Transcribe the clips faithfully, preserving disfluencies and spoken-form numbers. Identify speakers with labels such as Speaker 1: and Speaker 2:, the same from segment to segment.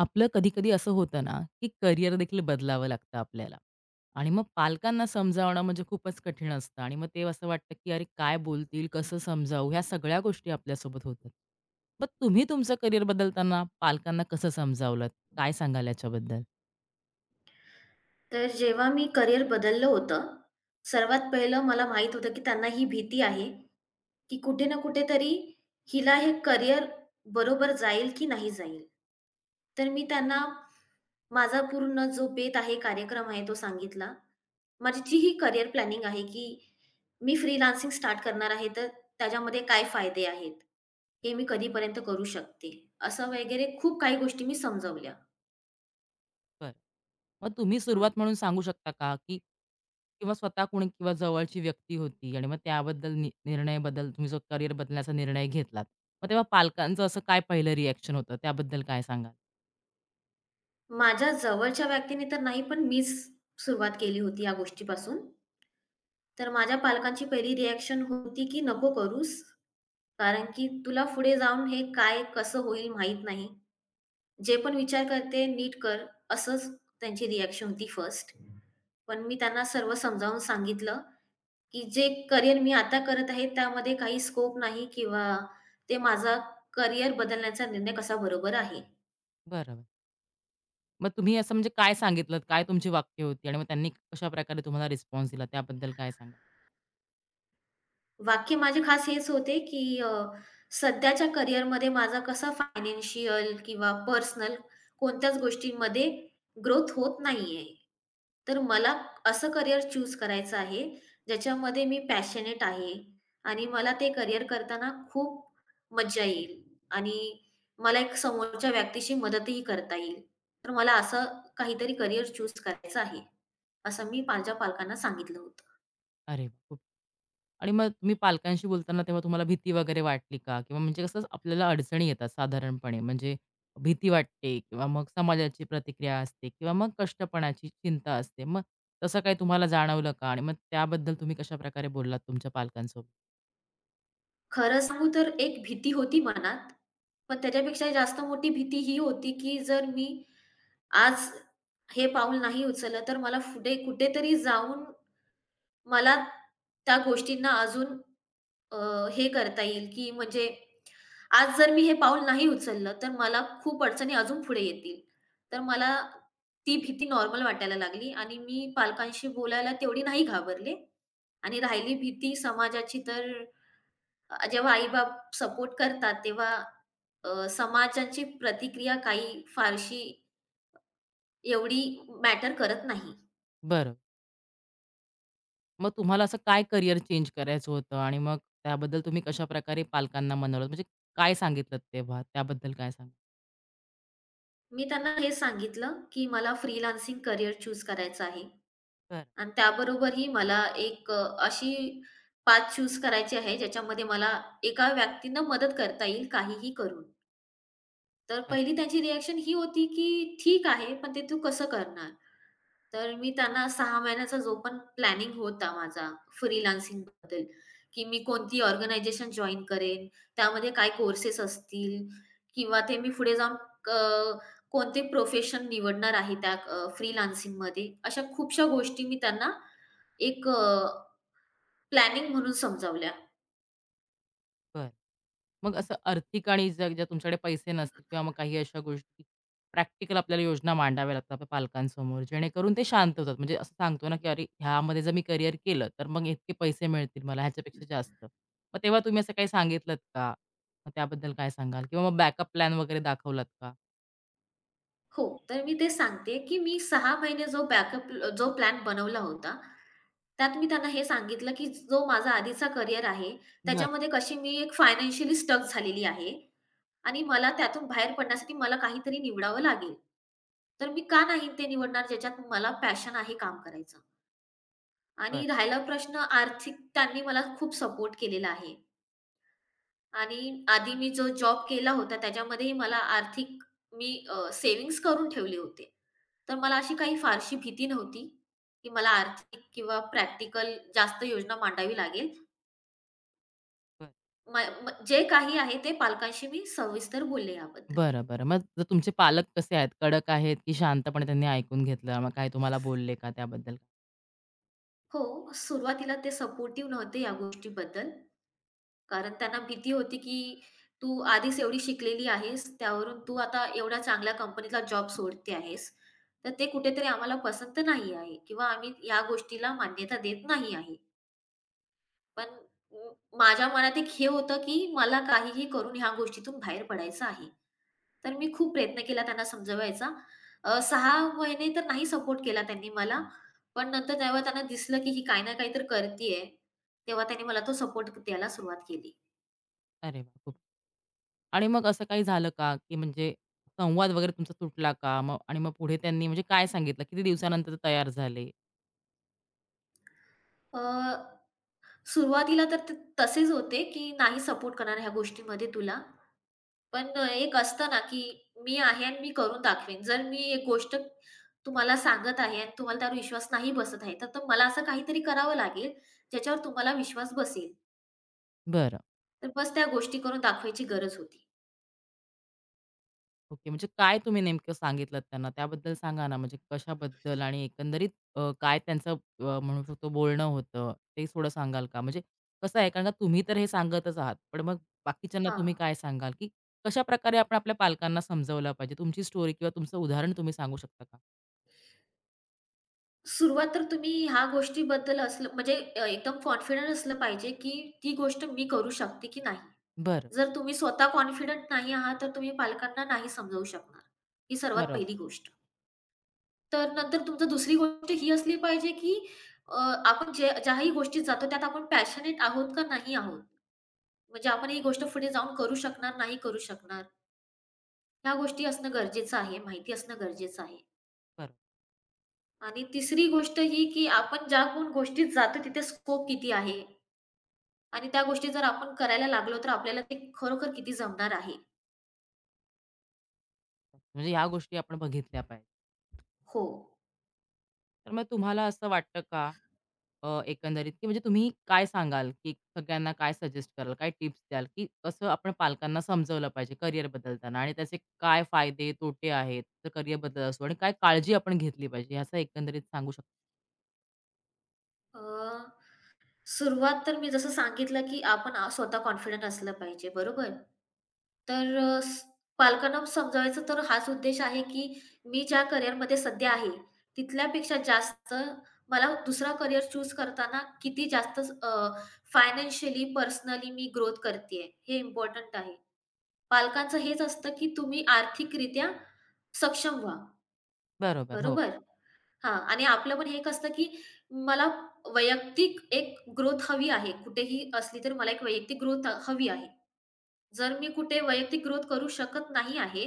Speaker 1: आपलं कधी-कधी असं होतं ना, की करिअर देखील बदलावं लागतं आपल्याला आणि मग पालकांना समजावणं म्हणजे खूपच कठीण असतं आणि मग ते असं वाटतं, की "अरे काय बोलतील? कसं समजावू?" ह्या सगळ्या गोष्टी आपल्यासोबत होतात. मग तुम्ही तुमचं करिअर बदलताना पालकांना कसं समजावलंत? काय सांगाल याच्याबद्दल?
Speaker 2: तर जेव्हा मी करिअर बदललं होतं, सर्वात पहिलं मला माहीत होतं, की त्यांना ही भीती आहे, की कुठे ना कुठेतरी हिला हे करिअर बरोबर जाईल की नाही जाईल. तर मी त्यांना माझा पूर्ण जो बेत आहे, कार्यक्रम आहे तो सांगितला. माझी जी ही करिअर प्लॅनिंग आहे, की मी फ्रीलान्सिंग स्टार्ट करणार आहे, तर त्याच्यामध्ये काय फायदे आहेत? हे मी कधीपर्यंत करू शकते? असं वगैरे खूप काही गोष्टी मी समजावल्या.
Speaker 1: बरं. मग तुम्ही
Speaker 2: हं.
Speaker 1: सुरुवात म्हणून सांगू शकता का, की किंवा स्वतः कोणी किंवा जवळची व्यक्ती होती आणि मग त्याबद्दल नि निर्णय बदल तुम्ही जो करिअर बदलण्याचा निर्णय घेतलात. मग तेव्हा पालकांचं असं काय पहिलं रिएक्शन होतं? त्याबद्दल काय सांगाल?
Speaker 2: माझ्या जवळच्या व्यक्तीने तर नाही, पण मीच सुरुवात केली होती या गोष्टीपासून. तर माझ्या पालकांची पहिली रिएक्शन होती, की "नको करूस, कारण की तुला पुढे जाऊन हे काय कसं होईल माहीत नाही. जे पण विचार करते नीट कर." असंच त्यांची रिएक्शन होती फर्स्ट. पण मी त्यांना सर्व समजावून सांगितलं, की जे करियर मी आता करत आहे त्यामध्ये काही स्कोप नाही किंवा ते माझा करियर बदलण्याचा निर्णय कसा बरोबर आहे.
Speaker 1: बरोबर. मग तुम्ही असं म्हणजे काय सांगितलत? काय तुमची वाक्य होती आणि मग त्यांनी कशाप्रकारे तुम्हाला रिस्पॉन्स दिला त्याबद्दल काय सांगा?
Speaker 2: वाक्य माझे खास हेच होते, की अ, सध्याच्या करिअरमध्ये माझा कसा फायनान्शियल किंवा पर्सनल कोणत्याच गोष्टींमध्ये ग्रोथ होत नाहीये. तर मला असं करिअर चूज करायचं आहे, ज्याच्यामध्ये मी पॅशनेट आहे आणि मला ते करिअर करताना खूप मज्जा येईल आणि मला एक समोरच्या व्यक्तीशी मदतही करता येईल. तर मला असं काहीतरी करिअर चूज करायचं आहे, असं मी माझ्या पालकांना सांगितलं होतं.
Speaker 1: अरे वाह! खूप आणि मग तुम्ही पालकांशी बोलताना तेव्हा तुम्हाला भीती वगैरे वाटली का? किंवा म्हणजे कसं आपल्याला अडचणी येतात साधारणपणे म्हणजे भीती वाटते किंवा मग समाजाची प्रतिक्रिया असते किंवा मग कष्टपणाची चिंता असते. मग तसं काही तुम्हाला जाणवलं का? आणि मग त्याबद्दल तुम्ही कशाप्रकारे बोललात तुमच्या पालकांसोबत?
Speaker 2: खरं सांगू तर एक भीती होती मनात. पण त्याच्यापेक्षा जास्त मोठी भीती ही होती, की जर मी आज हे पाऊल नाही उचललं, तर मला पुढे कुठेतरी जाऊन मला त्या गोष्टींना अजून अ, हे करता येईल, की म्हणजे आज जर मी हे पाऊल नाही उचललं, तर मला खूप अडचणी अजून पुढे येतील. तर मला ती भीती नॉर्मल वाटायला लागली आणि मी पालकांशी बोलायला तेवढी नाही घाबरले आणि राहिली भीती समाजाची तर अ, जेव्हा आई-बाप सपोर्ट करतात, तेव्हा अ, समाजाची प्रतिक्रिया काही फारशी एवढी मॅटर करत नाही.
Speaker 1: बरं. मग तुम्हाला असं काय करियर चेंज करायचं होतं आणि मग त्याबद्दल तुम्ही कशाप्रकारे पालकांना मनवलं? म्हणजे काय सांगितलत तेव्हा? त्याबद्दल काय सांगाल?
Speaker 2: मी त्यांना हे सांगितलं, की मला फ्रीलान्सिंग करियर चूज करायचं आहे.
Speaker 1: बरं,
Speaker 2: आणि त्याबरोबरही मला एक अ, अशी पाथ चूज करायची आहे, ज्याच्यामध्ये मला एका व्यक्तीनं मदत करता येईल काहीही करून. तर
Speaker 1: बरं,
Speaker 2: पहिली त्यांची रिएक्शन ही होती, की "ठीक आहे, पण ते तू कसं करणार?" तर मी त्यांना सहा महिन्याचा जो पण प्लॅनिंग होता माझा फ्रीलान्सिंगबद्दल, की मी कोणती ऑर्गनायझेशन जॉइन करेन, त्यामध्ये काय कोर्सेस असतील किंवा ते मी पुढे जाऊन क कोणते प्रोफेशन निवडणार आहे त्या अ, फ्रीलान्सिंगमध्ये. अशा खूपशा गोष्टी मी त्यांना एक प्लॅनिंग म्हणून समजावल्या.
Speaker 1: बरं. मग असं आर्थिक आणि जर ज्या तुमच्याकडे पैसे नसतील किंवा मग काही अशा गोष्टी प्रॅक्टिकल आपल्याला योजना मांडाव्या लागतात आपल्या पालकांसमोर, जेणेकरून ते शांत होतात. म्हणजे असं सांगतो ना, की "अरे, ह्यामध्ये जर मी करियर केलं, तर मग इतके पैसे मिळतील मला ह्याच्यापेक्षा जास्त." मग तेव्हा तुम्ही असं काही सांगितलत का? मग त्याबद्दल काय सांगाल? किंवा मग बॅकअप प्लॅन वगैरे दाखवलात का?
Speaker 2: हो, तर मी ते सांगते, की मी सहा महिने जो बॅकअप जो प्लॅन बनवला होता, त्यात मी त्यांना हे सांगितलं, की जो माझा आधीचा करियर आहे, त्याच्यामध्ये कशी मी एक फायनान्शियली स्टक झालेली आहे आणि मला त्यातून बाहेर पडण्यासाठी मला काहीतरी निवडावं लागेल. तर मी का नाही ते निवडणार ज्याच्यात मला पॅशन आहे काम करायचं
Speaker 1: बरं,
Speaker 2: आणि राहिला प्रश्न आर्थिक त्यांनी मला खूप सपोर्ट केलेला आहे. आणि आधी मी जो जॉब केला होता त्याच्यामध्येही मला आर्थिक मी अ, सेव्हिंग्ज करून ठेवले होते. तर मला अशी काही फारशी भीती नव्हती, की मला आर्थिक किंवा प्रॅक्टिकल जास्त योजना मांडावी लागेल.
Speaker 1: बरं.
Speaker 2: म म जे काही आहे ते पालकांशी मी सविस्तर बोलले याबद्दल.
Speaker 1: बरं, बरं. मग जर तुमचे पालक कसे आहेत? कडक आहेत, की शांतपणे त्यांनी ऐकून घेतलं? मग काय तुम्हाला बोलले का त्याबद्दल?
Speaker 2: हो, सुरुवातीला ते सपोर्टिव्ह नव्हते या गोष्टीबद्दल. कारण त्यांना भीती होती, की तू आधीच एवढी शिकलेली आहेस, त्यावरून तू आता एवढ्या चांगल्या कंपनीला जॉब सोडते आहेस. तर ते कुठेतरी आम्हाला पसंत नाही आहे किंवा आम्ही या गोष्टीला मान्यता देत नाही आहे. पण अ, माझ्या मनात एक हे होतं, की मला काहीही करून ह्या गोष्टीतून बाहेर पडायचं आहे. तर मी खूप प्रयत्न केला त्यांना समजवायचा. अ, सहा महिने तर नाही सपोर्ट केला त्यांनी मला. पण नंतर जेव्हा त्यांना दिसलं, की ही काही ना काहीतरी करतीये, तेव्हा त्यांनी मला तो सपोर्ट द्यायला सुरुवात केली.
Speaker 1: अरे वाह! खूप आणि मग असं काही झालं का, की म्हणजे संवाद वगैरे तुमचा तुटला का? मग आणि मग पुढे त्यांनी म्हणजे काय सांगितलं? किती दिवसानंतर ते तयार झाले?
Speaker 2: अ, सुरुवातीला तर ते तसेच होते, की नाही सपोर्ट करणार ह्या गोष्टीमध्ये तुला. पण एक असतं ना, की मी आहे आणि मी करून दाखवेन. जर मी एक गोष्ट तुम्हाला सांगत आहे आणि तुम्हाला त्यावर विश्वास नाही बसत आहे, तर तर मला असं काहीतरी करावं लागेल, ज्याच्यावर तुम्हाला विश्वास बसेल.
Speaker 1: बरं.
Speaker 2: तर बस त्या गोष्टी करून दाखवायची गरज होती.
Speaker 1: ओके. म्हणजे काय तुम्ही नेमकं सांगितलत त्यांना? त्याबद्दल सांगा ना, म्हणजे कशाबद्दल आणि एकंदरीत अ, काय त्यांचं अ, म्हणू शकतो बोलणं होतं, ते थोडं सांगाल का? म्हणजे कसं आहे, कारण का तुम्ही तर हे सांगतच आहात, पण मग बाकीच्यांना
Speaker 2: हां.
Speaker 1: तुम्ही काय सांगाल, की कशाप्रकारे आपण आपल्या पालकांना समजवलं पाहिजे? तुमची स्टोरी किंवा तुमचं उदाहरण तुम्ही सांगू शकता का?
Speaker 2: सुरुवात तर तुम्ही ह्या गोष्टीबद्दल असलं म्हणजे अ, एकदम कॉन्फिडंट असलं पाहिजे, की ती गोष्ट मी करू शकते की नाही.
Speaker 1: बरं.
Speaker 2: जर तुम्ही स्वतः कॉन्फिडंट नाही आहात, तर तुम्ही पालकांना नाही समजावू शकणार. ही सर्वात
Speaker 1: बरोबर.
Speaker 2: पहिली गोष्ट. तर नंतर तुमचं दुसरी गोष्ट ही असली पाहिजे, की अ, आपण जे ज्याही गोष्टीत जातो त्यात आपण पॅशनेट आहोत का नाही आहोत. म्हणजे आपण ही गोष्ट पुढे जाऊन करू शकणार, नाही करू शकणार. ह्या गोष्टी असणं गरजेचं आहे, माहिती असणं गरजेचं आहे.
Speaker 1: बरोबर.
Speaker 2: आणि तिसरी गोष्ट ही, की आपण ज्या पण गोष्टीत जातो तिथे स्कोप किती आहे आणि त्या गोष्टी जर आपण करायला लागलो, तर आपल्याला ते खरोखर किती जमणार आहे?
Speaker 1: म्हणजे ह्या गोष्टी आपण बघितल्या पाहिजे.
Speaker 2: हो.
Speaker 1: तर मग तुम्हाला असं वाटतं का, अ, एकंदरीत की म्हणजे तुम्ही काय सांगाल, की सगळ्यांना काय सजेस्ट कराल? काय टिप्स द्याल, की कसं आपण पालकांना समजवलं पाहिजे करियर बदलताना आणि त्याचे काय फायदे, तोटे आहेत, तर करियर बदल असो आणि काय काळजी आपण घेतली पाहिजे याचा एकंदरीत सांगू शकता?
Speaker 2: अ, सुरुवात तर मी जसं सांगितलं, की आपण अ, स्वतः कॉन्फिडंट असलं पाहिजे, बरोबर? तर अ, स पालकांना समजावायचा तर हाच उद्देश आहे, की मी ज्या करिअरमध्ये सध्या आहे, तिथल्यापेक्षा जास्त मला दुसरा करिअर चूज करताना किती जास्त फायनान्शियली, पर्सनली मी ग्रोथ करतीये, हे इम्पोर्टंट आहे. पालकांचं हेच असतं, की तुम्ही आर्थिकरित्या सक्षम व्हा,
Speaker 1: बरोबर. हो.
Speaker 2: बरोबर? हां आणि आपलं पण हे एक असतं, की मला वैयक्तिक एक ग्रोथ हवी आहे. कुठेही असली तर मला एक वैयक्तिक ग्रोथ हवी आहे. जर मी कुठे वैयक्तिक ग्रोथ करू शकत नाही आहे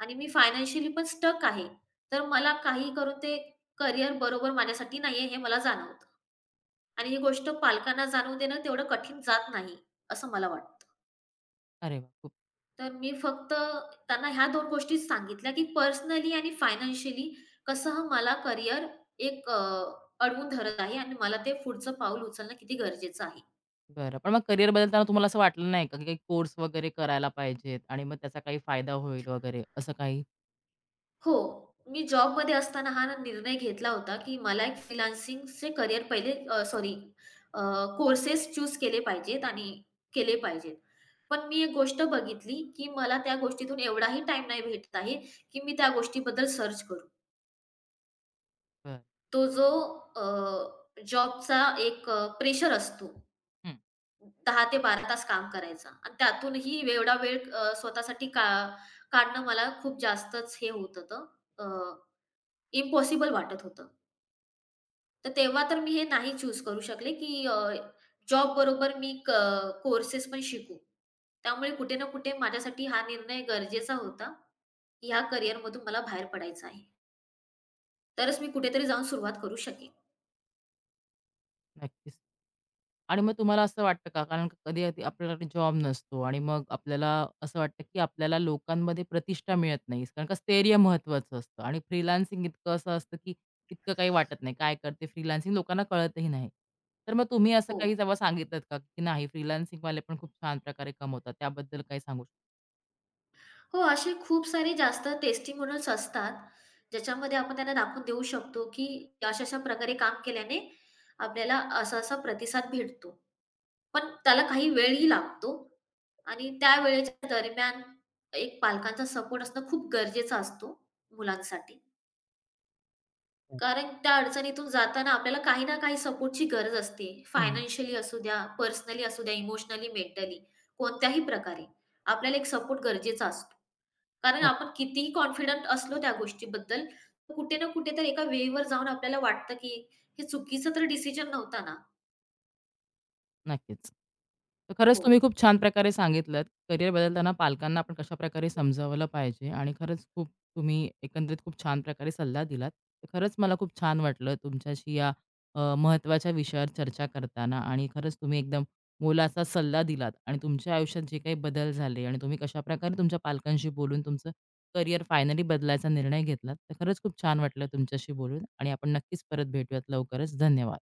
Speaker 2: आणि मी फायनान्शियली पण स्टक आहे, तर मला काही करून ते करियर बरोबर माझ्यासाठी नाहीये हे मला जाणवतं आणि ही गोष्ट पालकांना जाणवून देणं तेवढं कठीण जात नाही, असं मला वाटतं.
Speaker 1: अरे वाह! खूप
Speaker 2: तर मी फक्त त्यांना ह्या दोन गोष्टीच सांगितल्या, की पर्सनली आणि फायनान्शियली कसं मला करियर एक अ, अडवून धरत आहे आणि मला ते पुढचं पाऊल उचलणं किती गरजेचं आहे.
Speaker 1: बरं. पण मग करियर बदलताना तुम्हाला असं वाटलं नाही का, की काही कोर्स वगैरे करायला पाहिजेत आणि मग त्याचा काही फायदा होईल वगैरे असं काही?
Speaker 2: हो, मी जॉबमध्ये असताना हा निर्णय घेतला होता, की मला एक फ्रीलान्सिंगचे करियर पहिले सॉरी कोर्सेस चूज केले पाहिजेत आणि केले पाहिजेत. पण मी एक गोष्ट बघितली, की मला त्या गोष्टीतून एवढाही टाईम नाही भेटत आहे, की मी त्या गोष्टीबद्दल सर्च करू.
Speaker 1: बरं.
Speaker 2: तो जो अ, जॉबचा एक अ, प्रेशर असतो. दहा ते बारा तास काम करायचा आणि त्यातूनही एवढा वेळ अ, स्वतःसाठी का काढणं मला खूप जास्तच हे होत होतं, अ, इम्पॉसिबल वाटत होतं. तर तेव्हा तर मी हे नाही चूज करू शकले, की अ, जॉब बरोबर मी कोर्सेस पण शिकू. त्यामुळे कुठे ना कुठे माझ्यासाठी हा निर्णय गरजेचा होता, की ह्या करियरमधून मला बाहेर पडायचं आहे. तरच मी कुठेतरी जाऊन सुरुवात करू शकेन.
Speaker 1: नक्कीच. आणि मग तुम्हाला असं वाटतं का? कारण कधी-कधी आपल्याकडे जॉब नसतो आणि मग आपल्याला असं वाटतं, की आपल्याला लोकांमध्ये प्रतिष्ठा मिळत नाही. कारण का स्थैर्य महत्त्वाचं असतं आणि फ्रीलान्सिंग इतकं असं असतं, की इतकं काही वाटत नाही. काय करते फ्रीलान्सिंग लोकांना कळतही नाही. तर मग तुम्ही असं
Speaker 2: हो.
Speaker 1: काही जेव्हा सांगितलत का, की नाही फ्रीलान्सिंगवाले पण खूप छान प्रकारे कमवतात, त्याबद्दल काही सांगू शकता?
Speaker 2: हो, असे खूप सारे जास्त टेस्टिमोनियल्स असतात, ज्याच्यामध्ये आपण त्यांना दाखवून देऊ शकतो, की अशा-अशा प्रकारे काम केल्याने आपल्याला असा-असा प्रतिसाद भेटतो. पण त्याला काही वेळही लागतो आणि त्या वेळेच्या दरम्यान एक पालकांचा सपोर्ट असणं खूप गरजेचं असतो मुलांसाठी. कारण त्या अडचणीतून जाताना आपल्याला काही ना काही सपोर्टची गरज असते.
Speaker 1: हं,
Speaker 2: फायनान्शियली असू द्या, पर्सनली असू द्या, इमोशनली, मेंटली कोणत्याही प्रकारे आपल्याला एक सपोर्ट गरजेचा असतो. कारण आपण
Speaker 1: नक्कीच.
Speaker 2: कितीही कॉन्फिडंट असलो त्या गोष्टीबद्दल, कुठे ना कुठे तर एका वेळेवर जाऊन आपल्याला वाटतं, की हे चुकीचा तर डिसिजन नव्हता ना.
Speaker 1: नक्कीच. तर खरंच
Speaker 2: हो.
Speaker 1: तुम्ही खूप छान प्रकारे सांगितलंत, करिअर बदलताना पालकांना आपण कशाप्रकारे समजावलं पाहिजे आणि खरंच खूप तुम्ही एकंदरीत खूप छान प्रकारे सल्ला दिलात. तर खरंच मला खूप छान वाटलं तुमच्याशी या अ, विषयावर चर्चा करताना आणि खरंच तुम्ही एकदम मोलाचा सल्ला दिलात आणि तुमच्या आयुष्यात जे काही बदल झाले आणि तुम्ही कशाप्रकारे तुमच्या पालकांशी बोलून तुमचं करिअर फायनली बदलायचा निर्णय घेतलात. तर खरंच खूप छान वाटलं तुमच्याशी बोलून आणि आपण नक्कीच परत भेटूयात लवकरच. धन्यवाद.